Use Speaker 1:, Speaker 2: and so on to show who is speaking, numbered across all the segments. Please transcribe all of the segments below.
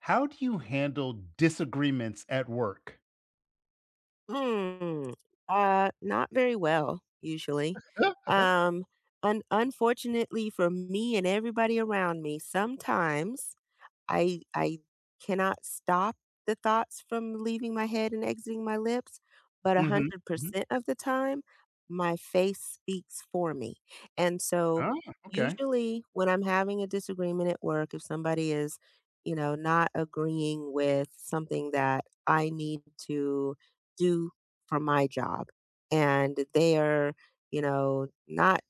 Speaker 1: How do you handle disagreements at work?
Speaker 2: Hmm, not very well, usually. Um, un Unfortunately for me and everybody around me, sometimes I cannot stop the thoughts from leaving my head and exiting my lips, but
Speaker 1: Mhm, mhm.
Speaker 2: 100% of the time, my face speaks for me. And so
Speaker 1: Ah, okay.
Speaker 2: usually when I'm having a disagreement at work, if somebody is, you know, not agreeing with something that I need to do for my job and they are, you know, not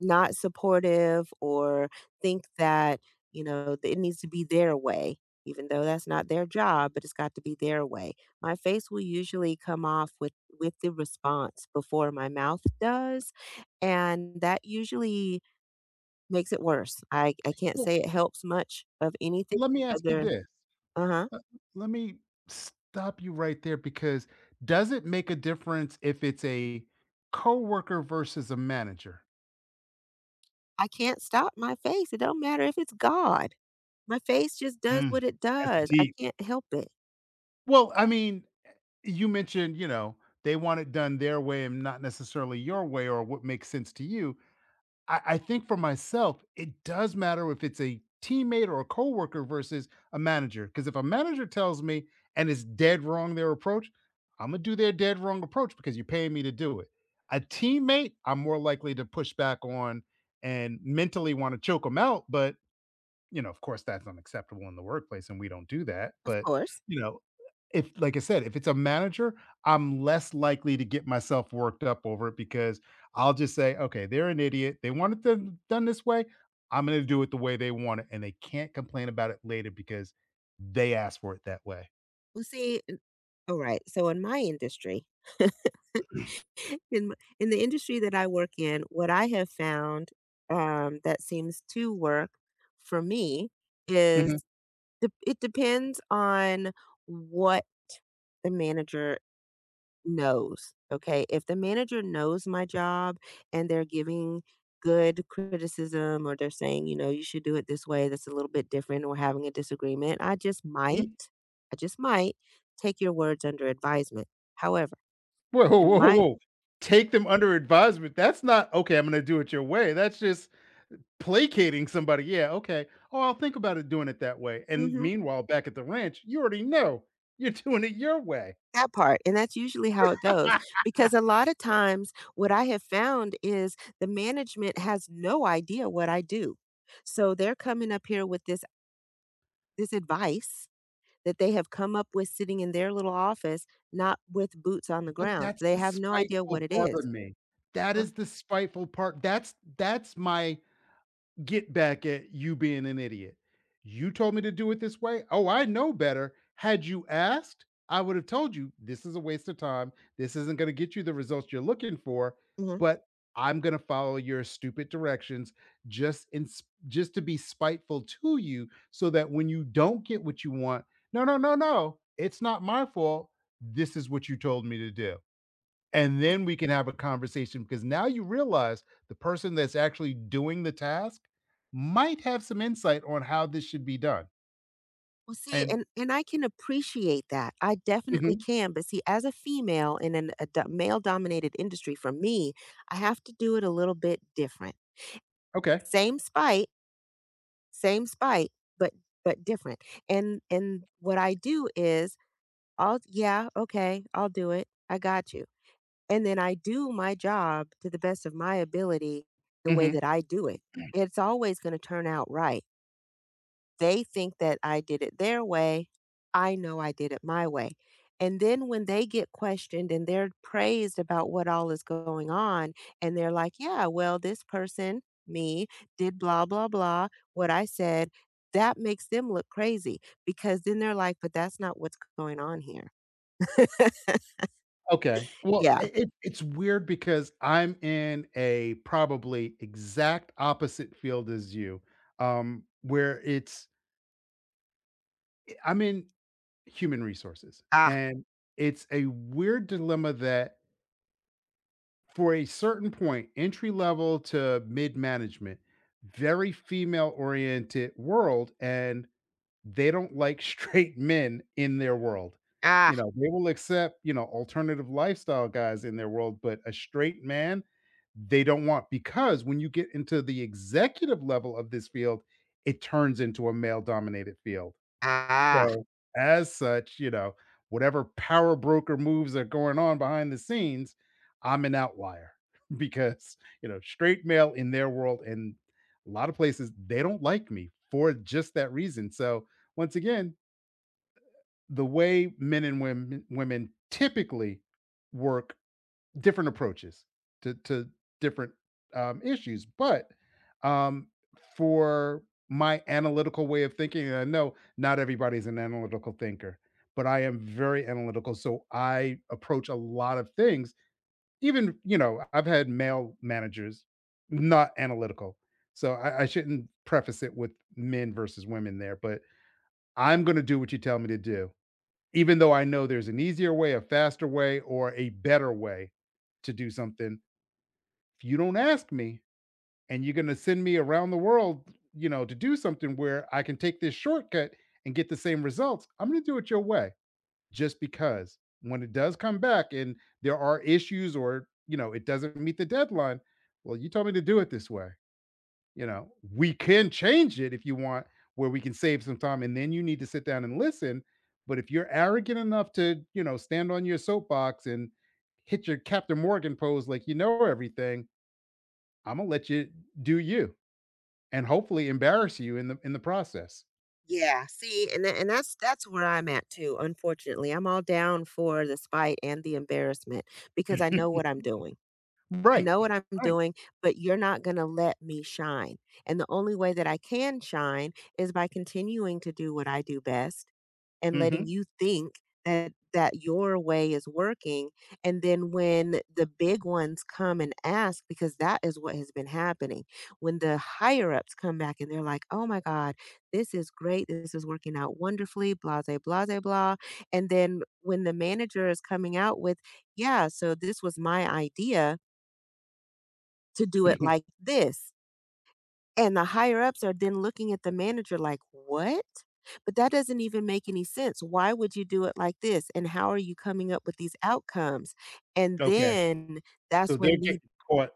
Speaker 2: not supportive or think that, you know, that it needs to be their way, even though that's not their job, but it's got to be their way. My face will usually come off with the response before my mouth does, and that usually makes it worse. I can't
Speaker 1: Well,
Speaker 2: say it helps much of anything
Speaker 1: let me ask you
Speaker 2: other.
Speaker 1: this.
Speaker 2: Uh-huh.
Speaker 1: Let let me stop you right there because does it make a difference if it's a coworker versus a manager?
Speaker 2: I can't stop my face. It don't matter if it's God. My face just does
Speaker 1: Mm,
Speaker 2: what it
Speaker 1: that's
Speaker 2: does. I
Speaker 1: deep.
Speaker 2: can't help it.
Speaker 1: Well, I mean, you mentioned, you know, they want it done their way and not necessarily your way or what makes sense to you. I think for myself, it does matter if it's a teammate or a coworker versus a manager. Because if a manager tells me and it's dead wrong their approach, I'm gonna do their dead wrong approach because you're paying me to do it. A teammate, I'm more likely to push back on and mentally want to choke them out. But you know, of course, that's unacceptable in the workplace, and we don't do that.
Speaker 2: Of
Speaker 1: But,
Speaker 2: course.
Speaker 1: you know, if like I said, if it's a manager, I'm less likely to get myself worked up over it because I'll just say, okay, they're an idiot. They wanted to done this way. I'm going to do it the way they want it, and they can't complain about it later because they asked for it that way.
Speaker 2: Well, see, n all right, so in my industry, in m in the industry that I work in, what I have found, that seems to work for me is
Speaker 1: Mhm,
Speaker 2: dep it depends on what the manager knows, okay? If the manager knows my job and they're giving good criticism or they're saying, you know, you should do it this way, that's a little bit different, or having a disagreement,
Speaker 1: mhm.
Speaker 2: I just might take your words under advisement. However,
Speaker 1: Whoa, whoa,
Speaker 2: in
Speaker 1: whoa,
Speaker 2: my—
Speaker 1: whoa! Take them under advisement. That's not okay. I'm going to do it your way. That's just placating somebody, yeah, okay. Oh, I'll think about it doing it that way. And
Speaker 2: Mhm,
Speaker 1: meanwhile, back at the ranch, you already know you're doing it your way.
Speaker 2: that part, and that's usually how it goes because a lot of times what I have found is the management has no idea what I do. So they're coming up here with this advice that they have come up with sitting in their little office, not with boots on the
Speaker 1: But
Speaker 2: ground.
Speaker 1: that's
Speaker 2: They
Speaker 1: the
Speaker 2: have no idea
Speaker 1: spiteful
Speaker 2: what it
Speaker 1: part
Speaker 2: is.
Speaker 1: of me. That
Speaker 2: Huh?
Speaker 1: is the spiteful part. That's my get back at you being an idiot. You told me to do it this way. Oh, I know better. Had you asked, I would have told you this is a waste of time. This isn't going to get you the results you're looking for,
Speaker 2: Mhm.
Speaker 1: but I'm going to follow your stupid directions just to be spiteful to you so that when you don't get what you want, no, no, no, no. It's not my fault. This is what you told me to do and then we can have a conversation because now you realize the person that's actually doing the task might have some insight on how this should be done.
Speaker 2: Well, see,
Speaker 1: And
Speaker 2: and I can appreciate that. I definitely
Speaker 1: mhm.
Speaker 2: can, but see, as a female in an a male-dominated industry, for me, I have to do it a little bit different.
Speaker 1: Okay.
Speaker 2: Same spite, same spite, but but different. And what I do is I'll— yeah, okay, I'll do it. I got you. And then I do my job to the best of my ability the way
Speaker 1: Mhm.
Speaker 2: that I do it. It's always going to turn out right. They think that I did it their way. I know I did it my way. And then when they get questioned and they're praised about what all is going on, and they're like, yeah, well, this person, me, did blah, blah, blah, what I said, that makes them look crazy because then they're like, but that's not what's going on here.
Speaker 1: Okay. Well,
Speaker 2: Yeah.
Speaker 1: I it it's weird because I'm in a probably exact opposite field as you, where it's I'm in human resources,
Speaker 2: Ah,
Speaker 1: and it's a weird dilemma that for a certain point, entry level to mid management, very female oriented world, and they don't like straight men in their world.
Speaker 2: ah,
Speaker 1: You know, they will accept, you know, alternative lifestyle guys in their world, but a straight man they don't want because when you get into the executive level of this field, it turns into a male dominated field.
Speaker 2: ah.
Speaker 1: So, as such, you know, whatever power broker moves are going on behind the scenes, I'm an outlier because, you know, straight male in their world and a lot of places, they don't like me for just that reason. So, once again, the way men and women typically work different approaches to different issues. But um, for my analytical way of thinking, and I know not everybody's an analytical thinker, but I am very analytical, so I approach a lot of things. Even you know, I've had male managers not analytical, so I shouldn't preface it with men versus women there. But I'm going to do what you tell me to do, even though I know there's an easier way, a faster way, or a better way to do something if you don't ask me and you're going to send me around the world, you know, to do something where I can take this shortcut and get the same results, I'm going to do it your way just because when it does come back and there are issues or, you know, it doesn't meet the deadline, well, you told me to do it this way. You know, we can change it if you want, where we can save some time and then you need to sit down and listen. But if you're arrogant enough to, you know, stand on your soapbox and hit your Captain Morgan pose like you know everything, Imma let you do you and hopefully embarrass you in the process.
Speaker 2: Yeah, see, and that's where I'm at too. Unfortunately, I'm all down for the spite and the embarrassment because I know what I'm doing. I
Speaker 1: Right,
Speaker 2: know what I'm
Speaker 1: right.
Speaker 2: doing, but you're not going to let me shine. And the only way that I can shine is by continuing to do what I do best and letting
Speaker 1: Mhm.
Speaker 2: you think that that your way is working, and then when the big ones come and ask, because that is what has been happening. When the higher ups come back and they're like, oh my god, this is great, this is working out wonderfully, blah blah blah blah blah, and then when the manager is coming out with, yeah, so this was my idea to do it like this. And the higher ups are then looking at the manager like, what? But that doesn't even make any sense. Why would you do it like this? And how are you coming up with these outcomes? And
Speaker 1: Okay,
Speaker 2: then
Speaker 1: so
Speaker 2: that's
Speaker 1: they're
Speaker 2: when he—
Speaker 1: getting caught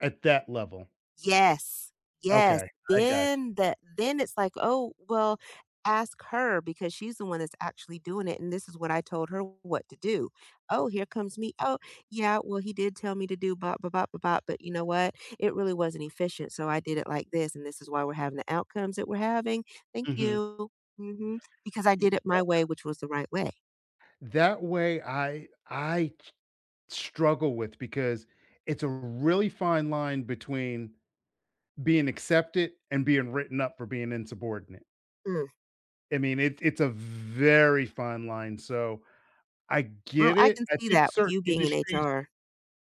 Speaker 1: at that level.
Speaker 2: Yes, yes.
Speaker 1: Okay, I got
Speaker 2: Then that— then it's like, "Oh, well, ask her because she's the one that's actually doing it, and this is what I told her what to do." "Oh, here comes me. Oh, yeah, well, he did tell me to do bop, bop, bop, bop, bop, but you know what? It really wasn't efficient, so I did it like this, and this is why we're having the outcomes that we're having. Thank
Speaker 1: you. Mhm.
Speaker 2: you. Mhm. Because I did it my way, which was the right way."
Speaker 1: That way I s struggle with because it's a really fine line between being accepted and being written up for being insubordinate.
Speaker 2: Mm.
Speaker 1: I mean, it it's a very fine line, so I
Speaker 2: Well,
Speaker 1: get
Speaker 2: I
Speaker 1: it.
Speaker 2: can
Speaker 1: I
Speaker 2: see
Speaker 1: think
Speaker 2: that with
Speaker 1: certain
Speaker 2: you being in
Speaker 1: industries.
Speaker 2: HR.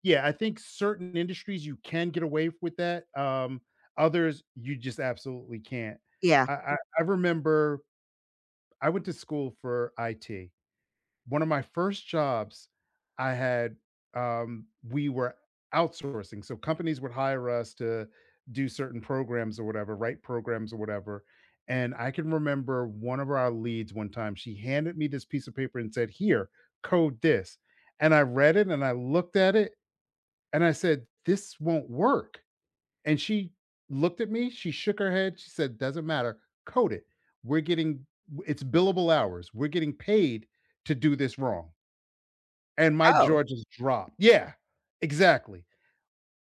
Speaker 1: Yeah, I think certain industries you can get away with that. Others you just absolutely can't.
Speaker 2: Yeah.
Speaker 1: I remember I went to school for IT. One of my first jobs I had, we were outsourcing. So companies would hire us to do certain programs or whatever, write programs or whatever. And I can remember one of our leads one time, she handed me this piece of paper and said, "Here, code this." And I read it and I looked at it and I said, "This won't work." And she looked at me, she shook her head, she said, "Doesn't matter, code it. We're getting it's billable hours. We're getting paid to do this wrong." And my
Speaker 2: Oh,
Speaker 1: jaw just dropped. Yeah, exactly.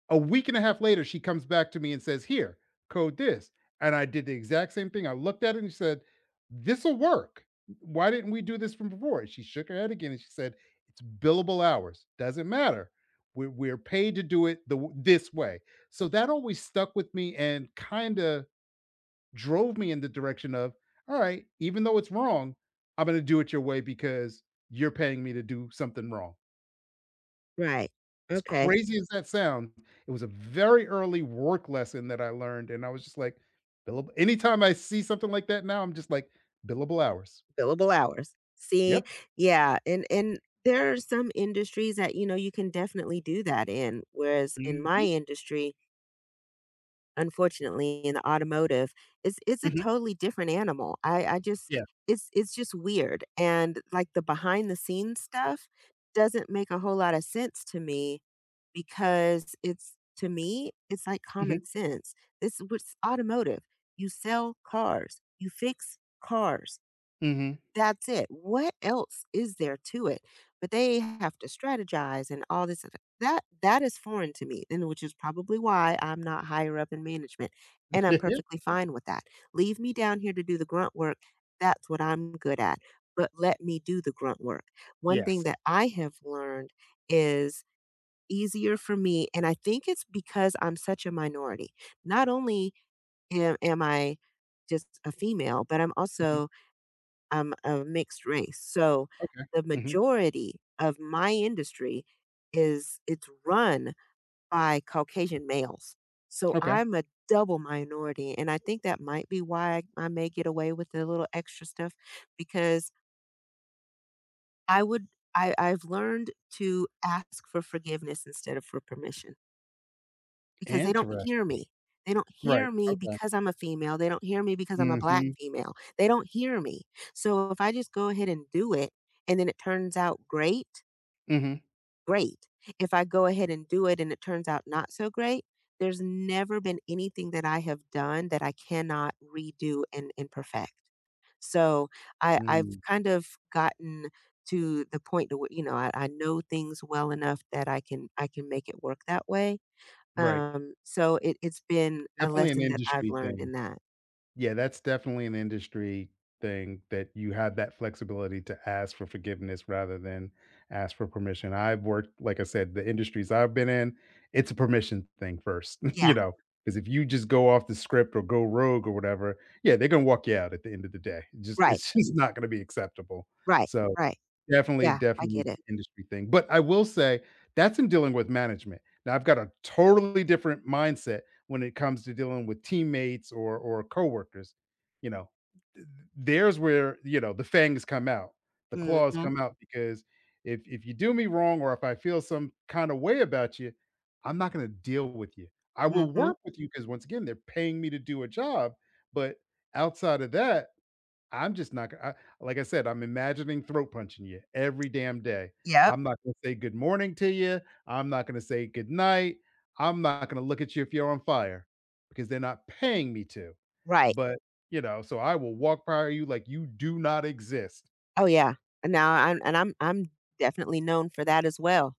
Speaker 1: A week and a half later, she comes back to me and says, "Here, code this." And I did the exact same thing. I looked at it and she said, "This'll work. Why didn't we do this from before?" And she shook her head again and she said, "It's billable hours. Doesn't matter. We're paid to do it this way." So that always stuck with me and kind of drove me in the direction of, all right, even though it's wrong, I'm going to do it your way because you're paying me to do something wrong.
Speaker 2: right.
Speaker 1: As
Speaker 2: Okay.
Speaker 1: crazy as that sounds, it was a very early work lesson that I learned, and I was just like, billable anytime I see something like that now, I'm just like, billable hours.
Speaker 2: Billable hours. See,
Speaker 1: Yep.
Speaker 2: yeah, and there are some industries that you know you can definitely do that in. Whereas in my
Speaker 1: Mhm,
Speaker 2: industry, unfortunately, in the automotive, it's a
Speaker 1: mhm,
Speaker 2: totally different animal. I just—
Speaker 1: yeah,
Speaker 2: it's just weird, and like the behind the scenes stuff doesn't make a whole lot of sense to me because it's— to me it's like common
Speaker 1: mhm,
Speaker 2: sense. This was automotive. You sell cars. You fix cars,
Speaker 1: mhm.
Speaker 2: that's it. What else is there to it? But they have to strategize and all this. That that is foreign to me, and which is probably why I'm not higher up in management. And I'm perfectly fine with that. Leave me down here to do the grunt work. That's what I'm good at. But let me do the grunt work. One thing
Speaker 1: Yes.
Speaker 2: that I have learned is easier for me, and I think it's because I'm such a minority. Not only am I just a female, but I'm
Speaker 1: Mhm,
Speaker 2: also I'm of mixed race. So
Speaker 1: okay,
Speaker 2: the
Speaker 1: mhm,
Speaker 2: majority of my industry is— it's run by Caucasian males. So
Speaker 1: okay.
Speaker 2: I'm a double minority. And I think that might be why I may get away with a little extra stuff because I would I've learned to ask for forgiveness instead of for permission because they don't
Speaker 1: Interest.
Speaker 2: hear me. They don't
Speaker 1: Right,
Speaker 2: hear me
Speaker 1: okay.
Speaker 2: because I'm a female. They don't hear me because I'm a black
Speaker 1: Mhm,
Speaker 2: female. They don't hear me. So if I just go ahead and do it and then it turns out great,
Speaker 1: mhm,
Speaker 2: great. If I go ahead and do it and it turns out not so great, there's never been anything that I have done that I cannot redo and perfect. So I've
Speaker 1: mm,
Speaker 2: kind of gotten to the point to where, you know, I know things well enough that I can make it work that way,
Speaker 1: right.
Speaker 2: so it it's been a
Speaker 1: Definitely an
Speaker 2: lesson that I've
Speaker 1: industry
Speaker 2: learned
Speaker 1: thing.
Speaker 2: in that.
Speaker 1: Yeah, that's definitely an industry thing that you have that flexibility to ask for forgiveness rather than ask for permission. I've worked, like I said, the industries I've been in, it's a permission thing first, you
Speaker 2: Yeah,
Speaker 1: know, because if you just go off the script or go rogue or whatever, yeah, they're gonna walk you out at the end of the day. Just
Speaker 2: right,
Speaker 1: it's just not gonna be acceptable.
Speaker 2: right,
Speaker 1: So
Speaker 2: right.
Speaker 1: definitely,
Speaker 2: Yeah, I
Speaker 1: definitely
Speaker 2: get it.
Speaker 1: industry thing, but I will say that's in dealing with management. Now I've got a totally different mindset when it comes to dealing with teammates or coworkers, you know? Th There's where, you know, the fangs come out, the claws
Speaker 2: Mhm,
Speaker 1: come out because if you do me wrong or if I feel some kinda way about you, I'm not gonna deal with you. I will
Speaker 2: mhm.
Speaker 1: work with you because once again, they're paying me to do a job, but outside of that, I'm just not gonna I like I said, I'm imagining throat punching you every damn day.
Speaker 2: Yep,
Speaker 1: I'm not gonna say good morning to you. I'm not gonna say good night. I'm not gonna look at you if you're on fire because they're not paying me to.
Speaker 2: right.
Speaker 1: But, you know, so I will walk by you like you do not exist.
Speaker 2: Oh, yeah. And now I'm— and I'm definitely known for that as well.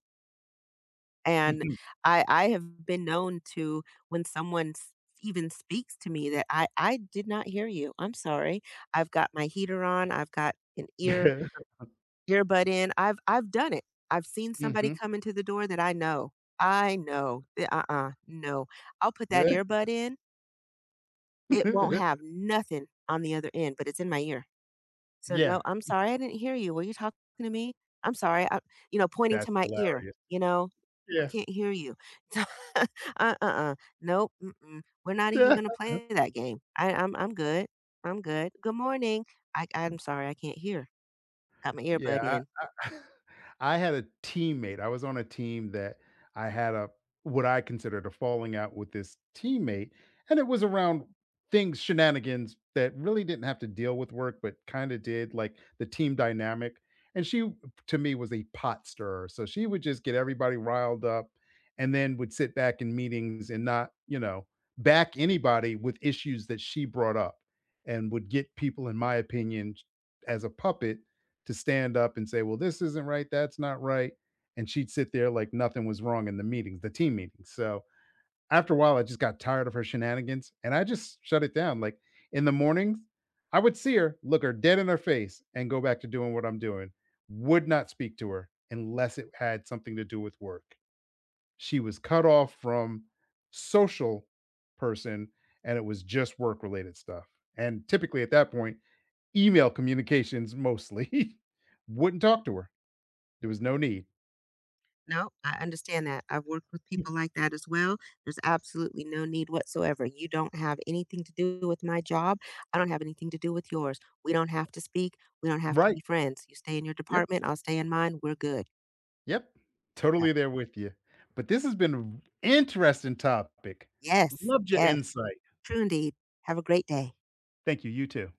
Speaker 2: And I have been known to, when someone even speaks to me, that I did not hear you. I'm sorry. I've got my heater on. I've got an ear—
Speaker 1: Mhm.
Speaker 2: earbud in, I've done it. I've seen somebody
Speaker 1: Mhm.
Speaker 2: come into the door that I know. I know that, uh-uh, no. I'll put that
Speaker 1: Yeah.
Speaker 2: earbud in, it won't have nothing on the other end, but it's in my ear. So,
Speaker 1: Yeah,
Speaker 2: "No, I'm sorry, I didn't hear you. Were you talking to me? I'm sorry," I— you know, pointing to
Speaker 1: that's
Speaker 2: my ear,
Speaker 1: hilarious.
Speaker 2: you know, "I
Speaker 1: Yeah.
Speaker 2: can't hear you." So, uh, uh-uh, nope, mm-mm, we're not even gonna play that game. I'm good. I'm good. "Good morning." "I— I'm sorry, I can't hear. Got my earbud
Speaker 1: Yeah,
Speaker 2: in."
Speaker 1: I I had a teammate I was on a team that I had a what I considered a falling out with this teammate, and it was around things shenanigans that really didn't have to deal with work, but kinda did, like, the team dynamic, and she, to me, was a pot stirrer, so she would just get everybody riled up and then would sit back in meetings and not, you know, back anybody with issues that she brought up and would get people, in my opinion, as a puppet to stand up and say, well, this isn't right, that's not right. And she'd sit there like nothing was wrong in the meetings, the team meetings. So after a while, I just got tired of her shenanigans and I just shut it down. Like in the mornings, I would see her, look her dead in her face, and go back to doing what I'm doing. Would not speak to her unless it had something to do with work. She was cut off from social person and it was just work related stuff. And typically at that point, email communications mostly. Wouldn't talk to her. There was no need.
Speaker 2: No, I understand that. I've worked with people like that as well. There's absolutely no need whatsoever. You don't have anything to do with my job. I don't have anything to do with yours. We don't have to speak. We don't have to
Speaker 1: Right.
Speaker 2: be friends. You stay in your
Speaker 1: Yep.
Speaker 2: department. I'll stay in mine. We're good.
Speaker 1: Yep.
Speaker 2: Yep.
Speaker 1: Totally there with you. But this has been an interesting topic.
Speaker 2: Yes.
Speaker 1: Loved your
Speaker 2: Yes.
Speaker 1: insight.
Speaker 2: True indeed. Have a great day.
Speaker 1: Thank you. You too.